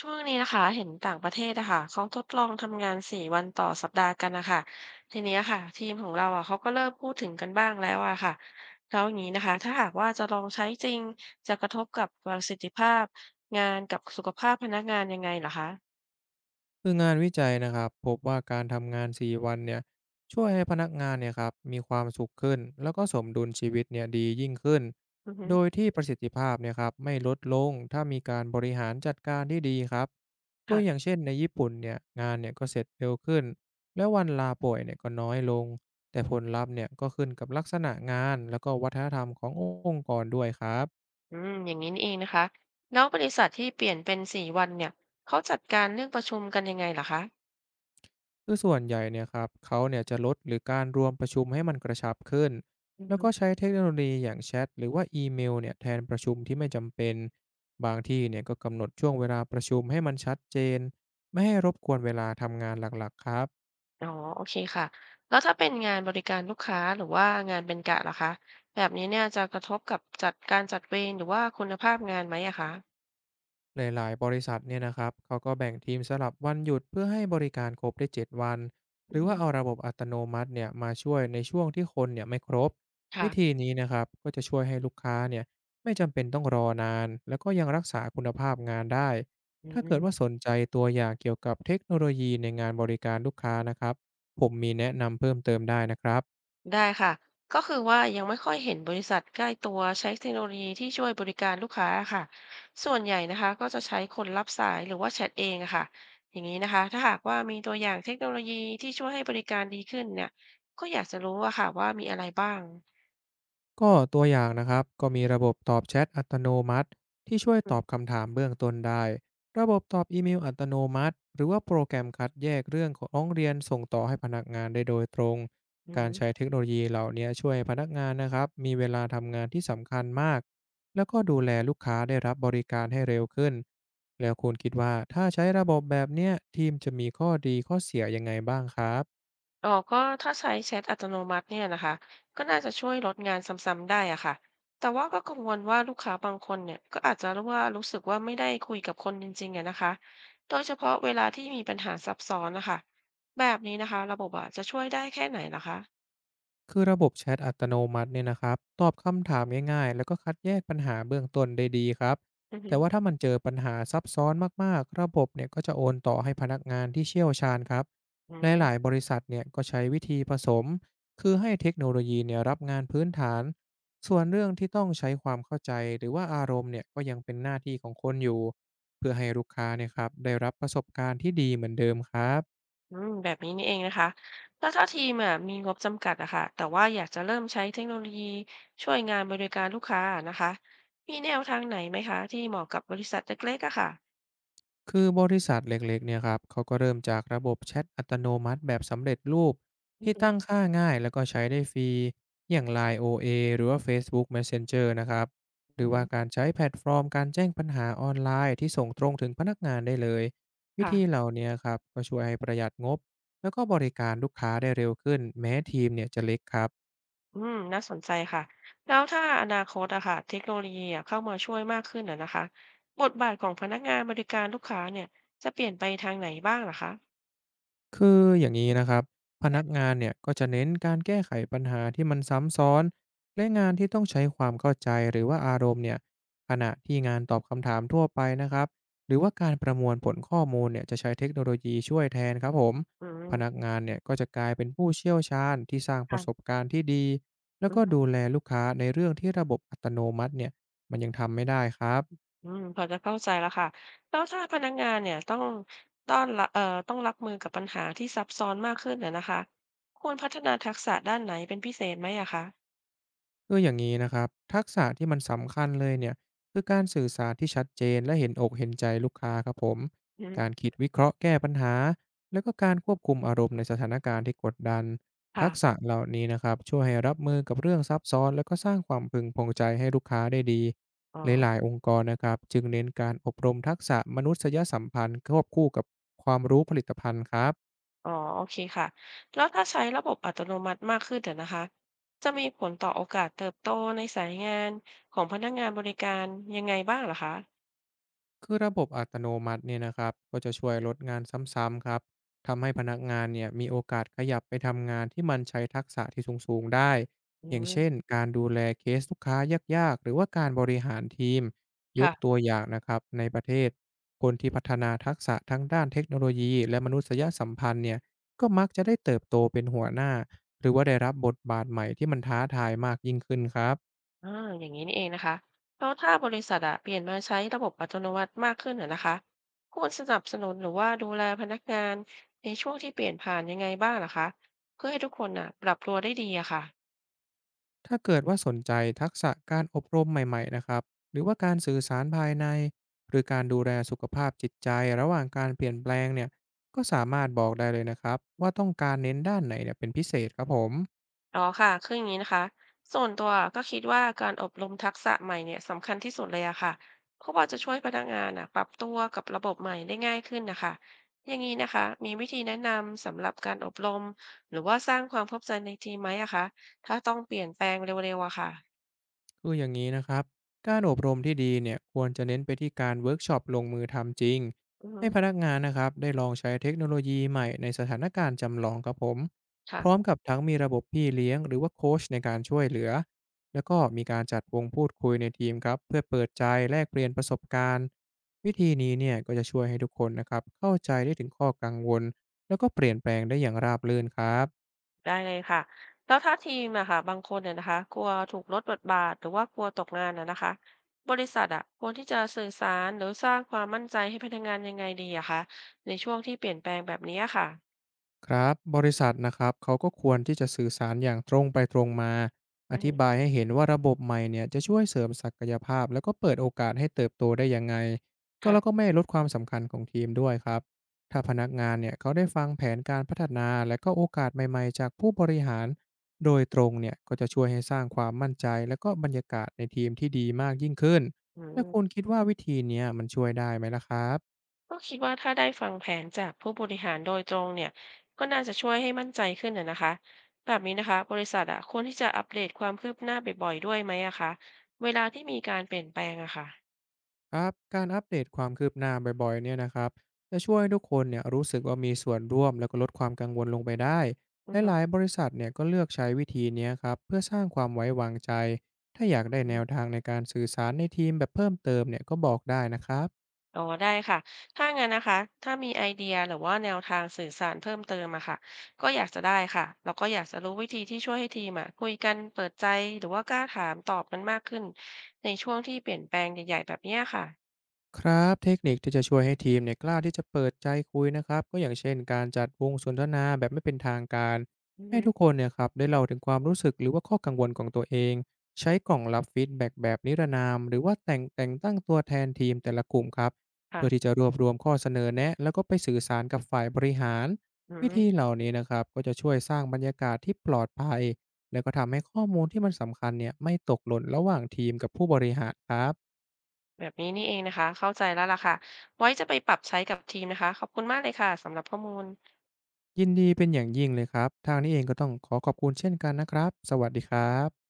ช่วงนี้นะคะเห็นต่างประเทศนะคะเขาทดลองทำงานสี่วันต่อสัปดาห์กันนะคะทีเนี้ยค่ะทีมของเราอะเขาก็เริ่มพูดถึงกันบ้างแล้วอะค่ะแล้วอย่างนี้นะคะถ้าหากว่าจะลองใช้จริงจะกระทบกับประสิทธิภาพงานกับสุขภาพพนักงานยังไงเหรอคะคืองานวิจัยนะครับพบว่าการทำงาน4วันเนี่ยช่วยให้พนักงานเนี่ยครับมีความสุขขึ้นแล้วก็สมดุลชีวิตเนี่ยดียิ่งขึ้นอือฮึโดยที่ประสิทธิภาพเนี่ยครับไม่ลดลงถ้ามีการบริหารจัดการที่ดีครับตัวอย่างค่ะเช่นในญี่ปุ่นเนี่ยงานเนี่ยก็เสร็จเร็วขึ้นและวันลาป่วยเนี่ยก็น้อยลงแต่ผลลัพธ์เนี่ยก็ขึ้นกับลักษณะงานแล้วก็วัฒนธรรมขององค์กรด้วยครับ อืมอย่างนี้นี่เองนะคะแล้วบริษัทที่เปลี่ยนเป็นสี่วันเนี่ยเขาจัดการเรื่องประชุมกันยังไงเหรอคะคือส่วนใหญ่เนี่ยครับเขาเนี่ยจะลดหรือการรวมประชุมให้มันกระชับขึ้นอือแล้วก็ฮึ ใช้เทคโนโลยีอย่างแชทหรือว่าอีเมลเนี่ยแทนประชุมที่ไม่จำเป็นบางที่เนี่ยก็กำหนดช่วงเวลาประชุมให้มันชัดเจนไม่ให้รบกวนเวลาทำงานหลักๆครับ อ๋อโอเคค่ะ แล้วถ้าเป็นงานบริการลูกค้าหรือว่างานเป็นกะล่ะคะแบบนี้เนี่ยจะกระทบกับจัดการจัดเวรหรือว่าคุณภาพงานไหมอะคะหลายๆ บริษัทเนี่ยนะครับ เขาก็แบ่งทีมสลับวันหยุดเพื่อให้บริการครบได้7วัน หอืรืออฮึว่าเอาระบบอัตโนมัติเนี่ยมาช่วยในช่วงที่คนเนี่ยไม่ครบ ค่ะวิธีนี้นะครับก็จะช่วยให้ลูกค้าเนี่ยไม่จำเป็นต้องรอนานแล้วก็ยังรักษาคุณภาพงานได้ อืถ้าเกิมดว่าสนใจตัวอย่างเกี่ยวกับเทคโนโลยีในงานบริการลูกค้านะครับ ผมมีแนะนำเพิ่มเติมได้นะครับ ได้ค่ะก็คือว่ายังไม่ค่อยเห็นบริษัทใกล้ตัวใช้เทคโนโลยีที่ช่วยบริการลูกค้าค่ะส่วนใหญ่นะคะก็จะใช้คนรับสายหรือว่าแชทเองอะค่ะอย่างนี้นะคะถ้าหากว่ามีตัวอย่างเทคโนโลยีที่ช่วยให้บริการดีขึ้นเนี่ยก็อยากจะรู้อะค่ะว่ามีอะไรบ้างก็ตัวอย่างนะครับก็มีระบบตอบแชทอัตโนมัติที่ช่วยอืตอบมคำถามเบื้องต้นได้ระบบตอบอีเมลอัตโนมัติหรือว่าโปรแกรมคัดแยกเรื่องของร้องเรียนส่งต่อให้พนักงานได้โดยตรงการม ใช้เทคโนโลยีเหล่านี้ช่วยให้พนักงานนะครับมีเวลาทำงานที่สำคัญมากแล้วก็ดูแลลูกค้าได้รับบริการให้เร็วขึ้นแล้วคุณคิดว่าถ้าใช้ระบบแบบเนี้ยทีมจะมีข้อดีข้อเสียยังไงบ้างครับ อ๋อก็ถ้าใช้แชทอัตโนมัติเนี่ยนะคะก็น่าจะช่วยลดงานซ้ำๆได้อะค่ะแต่ว่าก็กังวลว่าลูกค้าบางคนเนี่ยก็อาจจะรู้ว่ารู้สึกว่าไม่ได้คุยกับคนจริงๆอะนะคะโดยเฉพาะเวลาที่มีปัญหาซับซ้อนนะคะแบบนี้นะคะระบบอะจะช่วยได้แค่ไหนล่ะคะคือระบบแชทอัตโนมัติเนี่ยนะครับตอบคำถามง่ายๆแล้วก็คัดแยกปัญหาเบื้องต้นได้ดีครับอือฮึแต่ว่าถ้ามันเจอปัญหาซับซ้อนมากๆระบบเนี่ยก็จะโอนต่อให้พนักงานที่เชี่ยวชาญครับอืหลายๆบมริษัทเนี่ยก็ใช้วิธีผสมคือให้เทคโนโลยีเนี่ยรับงานพื้นฐานส่วนเรื่องที่ต้องใช้ความเข้าใจหรือว่าอารมณ์เนี่ยก็ยังเป็นหน้าที่ของคนอยู่เพื่อให้ลูกค้าเนี่ยครับได้รับประสบการณ์ที่ดีเหมือนเดิมครับ อืมแบบนี้นี่เองนะคะแล้วถ้าทีมอะมีงบจำกัดอะค่ะแต่ว่าอยากจะเริ่มใช้เทคโนโลยีช่วยงานบริการลูกค้าอะนะคะมีแนวทางไหนไหมคะที่เหมาะกับบริษัทเล็กๆอะค่ะคือบริษัทเล็กๆเนี่ยครับเขาก็เริ่มจากระบบแชทอัตโนมัติแบบสำเร็จรูปอือที่ตั้งฮค่าง่ายแล้วก็ใช้ได้ฟรีอย่าง Line OA หรือว่า Facebook Messenger นะครับหรือว่าึ การใช้แพลตฟอร์มการแจ้งปัญหาออนไลน์ที่ส่งตรงถึงพนักงานได้เลยวิธีเหค่ะล่าเนี้ยครับก็ช่วยให้ประหยัดงบแล้วก็บริการลูกค้าได้เร็วขึ้นแม้ทีมเนี่ยจะเล็กครับ อืมน่าสนใจค่ะ แล้วถ้าอนาคตอะค่ะเทคโนโลยีอะเข้ามาช่วยมากขึ้นอะนะคะบทบาทของพนักงานบริการลูกค้าเนี่ยจะเปลี่ยนไปทางไหนบ้างเหรอคะคืออย่างนี้นะครับพนักงานเนี่ยก็จะเน้นการแก้ไขปัญหาที่มันซ้ำซ้อนและงานที่ต้องใช้ความเข้าใจหรือว่าอารมณ์เนี่ยขณะที่งานตอบคำถามทั่วไปนะครับหรือว่าการประมวลผลข้อมูลเนี่ยจะใช้เทคโนโลยีช่วยแทนครับผมอืพมนักงานเนี่ยก็จะกลายเป็นผู้เชี่ยวชาญที่สร้างปค่ะระสบการณ์ที่ดีแล้วอืก็มดูแลลูกค้าในเรื่องที่ระบบอัตโนมัติเนี่ยมันยังทำไม่ได้ครับ อืมพอจะเข้าใจแล้วค่ะแล้วถ้าพนักงานเนี่ยต้องต้อนรับเอ่อต้องรับมือกับปัญหาที่ซับซ้อนมากขึ้นอะนะคะควรพัฒนาทักษะด้านไหนเป็นพิเศษไหมอะคะคืออย่างนี้นะครับทักษะที่มันสำคัญเลยเนี่ยคือการสื่อสารที่ชัดเจนและเห็นอกเห็นใจลูกค้าครับผมอืการมคิดวิเคราะห์แก้ปัญหาแล้วก็การควบคุมอารมณ์ในสถานการณ์ที่กดดันทัค่ะกษะเหล่านี้นะครับช่วยให้รับมือกับเรื่องซับซ้อนแล้วก็สร้างความพึงพอใจให้ลูกค้าได้ดีอ๋อ หลายๆองค์กรนะครับจึงเน้นการอบรมทักษะมนุษยสัมพันธ์ควบคู่กับความรู้ผลิตภัณฑ์ครับ อ๋อโอเคค่ะแล้วถ้าใช้ระบบอัตโนมัติมากขึ้นเดี๋ยวนะคะจะมีผลต่อโอกาสเติบโตในสายงานของพนักงานบริการยังไงบ้างเหรอคะคือระบบอัตโนมัติเนี่ยนะครับก็จะช่วยลดงานซ้ำๆครับทำให้พนักงานเนี่ยมีโอกาสขยับไปทำงานที่มันใช้ทักษะที่สูงๆได้อือย่างมเช่นการดูแลเคสลูกค้ายากๆหรือว่าการบริหารทีมยกตัวค่ะอย่างนะครับในประเทศคนที่พัฒนาทักษะทั้งด้านเทคโนโลยีและมนุษยสัมพันธ์เนี่ยก็มักจะได้เติบโตเป็นหัวหน้าหรือว่าได้รับบทบาทใหม่ที่มันท้าทายมากยิ่งขึ้นครับ อ่าอย่างนี้นี่เองนะคะแล้วถ้าบริษัทอะเปลี่ยนมาใช้ระบบอัตโนมัติมากขึ้นเหรอนะคะควรสนับสนุนหรือว่าดูแลพนักงานในช่วงที่เปลี่ยนผ่านยังไงบ้างเหรอคะเพื่อให้ทุกคนอะปรับตัวได้ดีอะค่ะ ถ้าเกิดว่าสนใจทักษะการอบรมใหม่ๆนะครับหรือว่าการสื่อสารภายในหรือการดูแลสุขภาพจิตใจระหว่างการเปลี่ยนแปลงเนี่ยก็สามารถบอกได้เลยนะครับว่าต้องการเน้นด้านไหนเนี่ยเป็นพิเศษครับผม อ๋อค่ะคืออย่างนี้นะคะส่วนตัวก็คิดว่าการอบรมทักษะใหม่เนี่ยสำคัญที่สุดเลยอะค่ะเพราะว่าจะช่วยพนักงานอะปรับตัวกับระบบใหม่ได้ง่ายขึ้นนะคะอย่างนี้นะคะมีวิธีแนะนำสำหรับการอบรมหรือว่าสร้างความเข้าใจในทีมไหมอะคะถ้าต้องเปลี่ยนแปลงเร็วๆอะค่ะคืออย่างนี้นะครับการอบรมที่ดีเนี่ยควรจะเน้นไปที่การเวิร์กช็อปลงมือทำจริงอือฮึให้พนักงานนะครับได้ลองใช้เทคโนโลยีใหม่ในสถานการณ์จำลองครับผมพร้อมค่ะ กับทั้งมีระบบพี่เลี้ยงหรือว่าโค้ชในการช่วยเหลือแล้วก็มีการจัดวงพูดคุยในทีมครับเพื่อเปิดใจแลกเปลี่ยนประสบการณ์วิธีนี้เนี่ยก็จะช่วยให้ทุกคนนะครับเข้าใจได้ถึงข้อกังวลแล้วก็เปลี่ยนแปลงได้อย่างราบรื่นครับ ได้เลยค่ะแล้วถ้าทีมอะค่ะบางคนเนี่ยนะคะกลัวถูกลดบทบาทหรือว่ากลัวตกงานอะนะคะบริษัทอะควรที่จะสื่อสารหรือสร้างความมั่นใจให้พนักงานยังไงดีอะคะในช่วงที่เปลี่ยนแปลงแบบนี้อะค่ะครับบริษัทนะครับเขาก็ควรที่จะสื่อสารอย่างตรงไปตรงมาออือธิฮึบายให้เห็นว่าระบบใหม่เนี่ยจะช่วยเสริมศักยภาพแล้วก็เปิดโอกาสให้เติบโตได้ยังไงก็แล้วก็ค่ะไม่ลดความสำคัญของทีมด้วยครับถ้าพนักงานเนี่ยเขาได้ฟังแผนการพัฒนาและก็โอกาสใหม่ๆจากผู้บริหารโดยตรงเนี่ยก็จะช่วยให้สร้างความมั่นใจและก็บรรยากาศในทีมที่ดีมากยิ่งขึ้นอืแล้วมคุณคิดว่าวิธีเนี้ยมันช่วยได้ไหมล่ะครับ ก็คิดว่าถ้าได้ฟังแผนจากผู้บริหารโดยตรงเนี่ยก็น่าจะช่วยให้มั่นใจขึ้นอะนะคะแบบนี้นะคะบริษัทอะควรที่จะอัปเดตความคืบหน้าบ่อยๆด้วยไหมอะคะเวลาที่มีการเปลี่ยนแปลงอะค่ะครับการอัปเดตความคืบหน้าบ่อยๆเนี่ยนะครับจะช่วยให้ทุกคนเนี่ยรู้สึกว่ามีส่วนร่วมแล้วก็ลดความกังวลลงไปได้อือและหฮึ ลายบริษัทเนี่ยก็เลือกใช้วิธีเนี้ยครับเพื่อสร้างความไว้วางใจถ้าอยากได้แนวทางในการสื่อสารในทีมแบบเพิ่มเติมเนี่ยก็บอกได้นะครับ อ๋อได้ค่ะ ถ้างั้นนะคะถ้ามีไอเดียหรือว่าแนวทางสื่อสารเพิ่มเติมอะค่ะก็อยากจะได้ค่ะแล้วก็อยากจะรู้วิธีที่ช่วยให้ทีมอะคุยกันเปิดใจหรือว่ากล้าถามตอบกันมากขึ้นในช่วงที่เปลี่ยนแปลงใหญ่ๆแบบเนี้ยค่ะครับเทคนิคที่จะช่วยให้ทีมเนี่ยกล้าที่จะเปิดใจคุยนะครับก็อย่างเช่นการจัดวงสนทนาแบบไม่เป็นทางการอือให้ฮึทุกคนเนี่ยครับได้เล่าถึงความรู้สึกหรือว่าข้อกังวลของตัวเองใช้กล่องรับฟีดแบ็กแบบนิรนามหรือว่าแต่งตั้งตัวแทนทีมแต่ละกลุ่มครับเพื่อที่ค่ะจะรวบรวมข้อเสนอแนะแล้วก็ไปสื่อสารกับฝ่ายบริหารอืวิมธีเหล่านี้นะครับก็จะช่วยสร้างบรรยากาศที่ปลอดภัยแล้วก็ทำให้ข้อมูลที่มันสำคัญเนี่ยไม่ตกหล่นระหว่างทีมกับผู้บริหารครับ แบบนี้นี่เองนะคะเข้าใจแล้วล่ะค่ะไว้จะไปปรับใช้กับทีมนะคะขอบคุณมากเลยค่ะสำหรับข้อมูลยินดีเป็นอย่างยิ่งเลยครับทางนี้เองก็ต้องขอขอบคุณเช่นกันนะครับสวัสดีครับ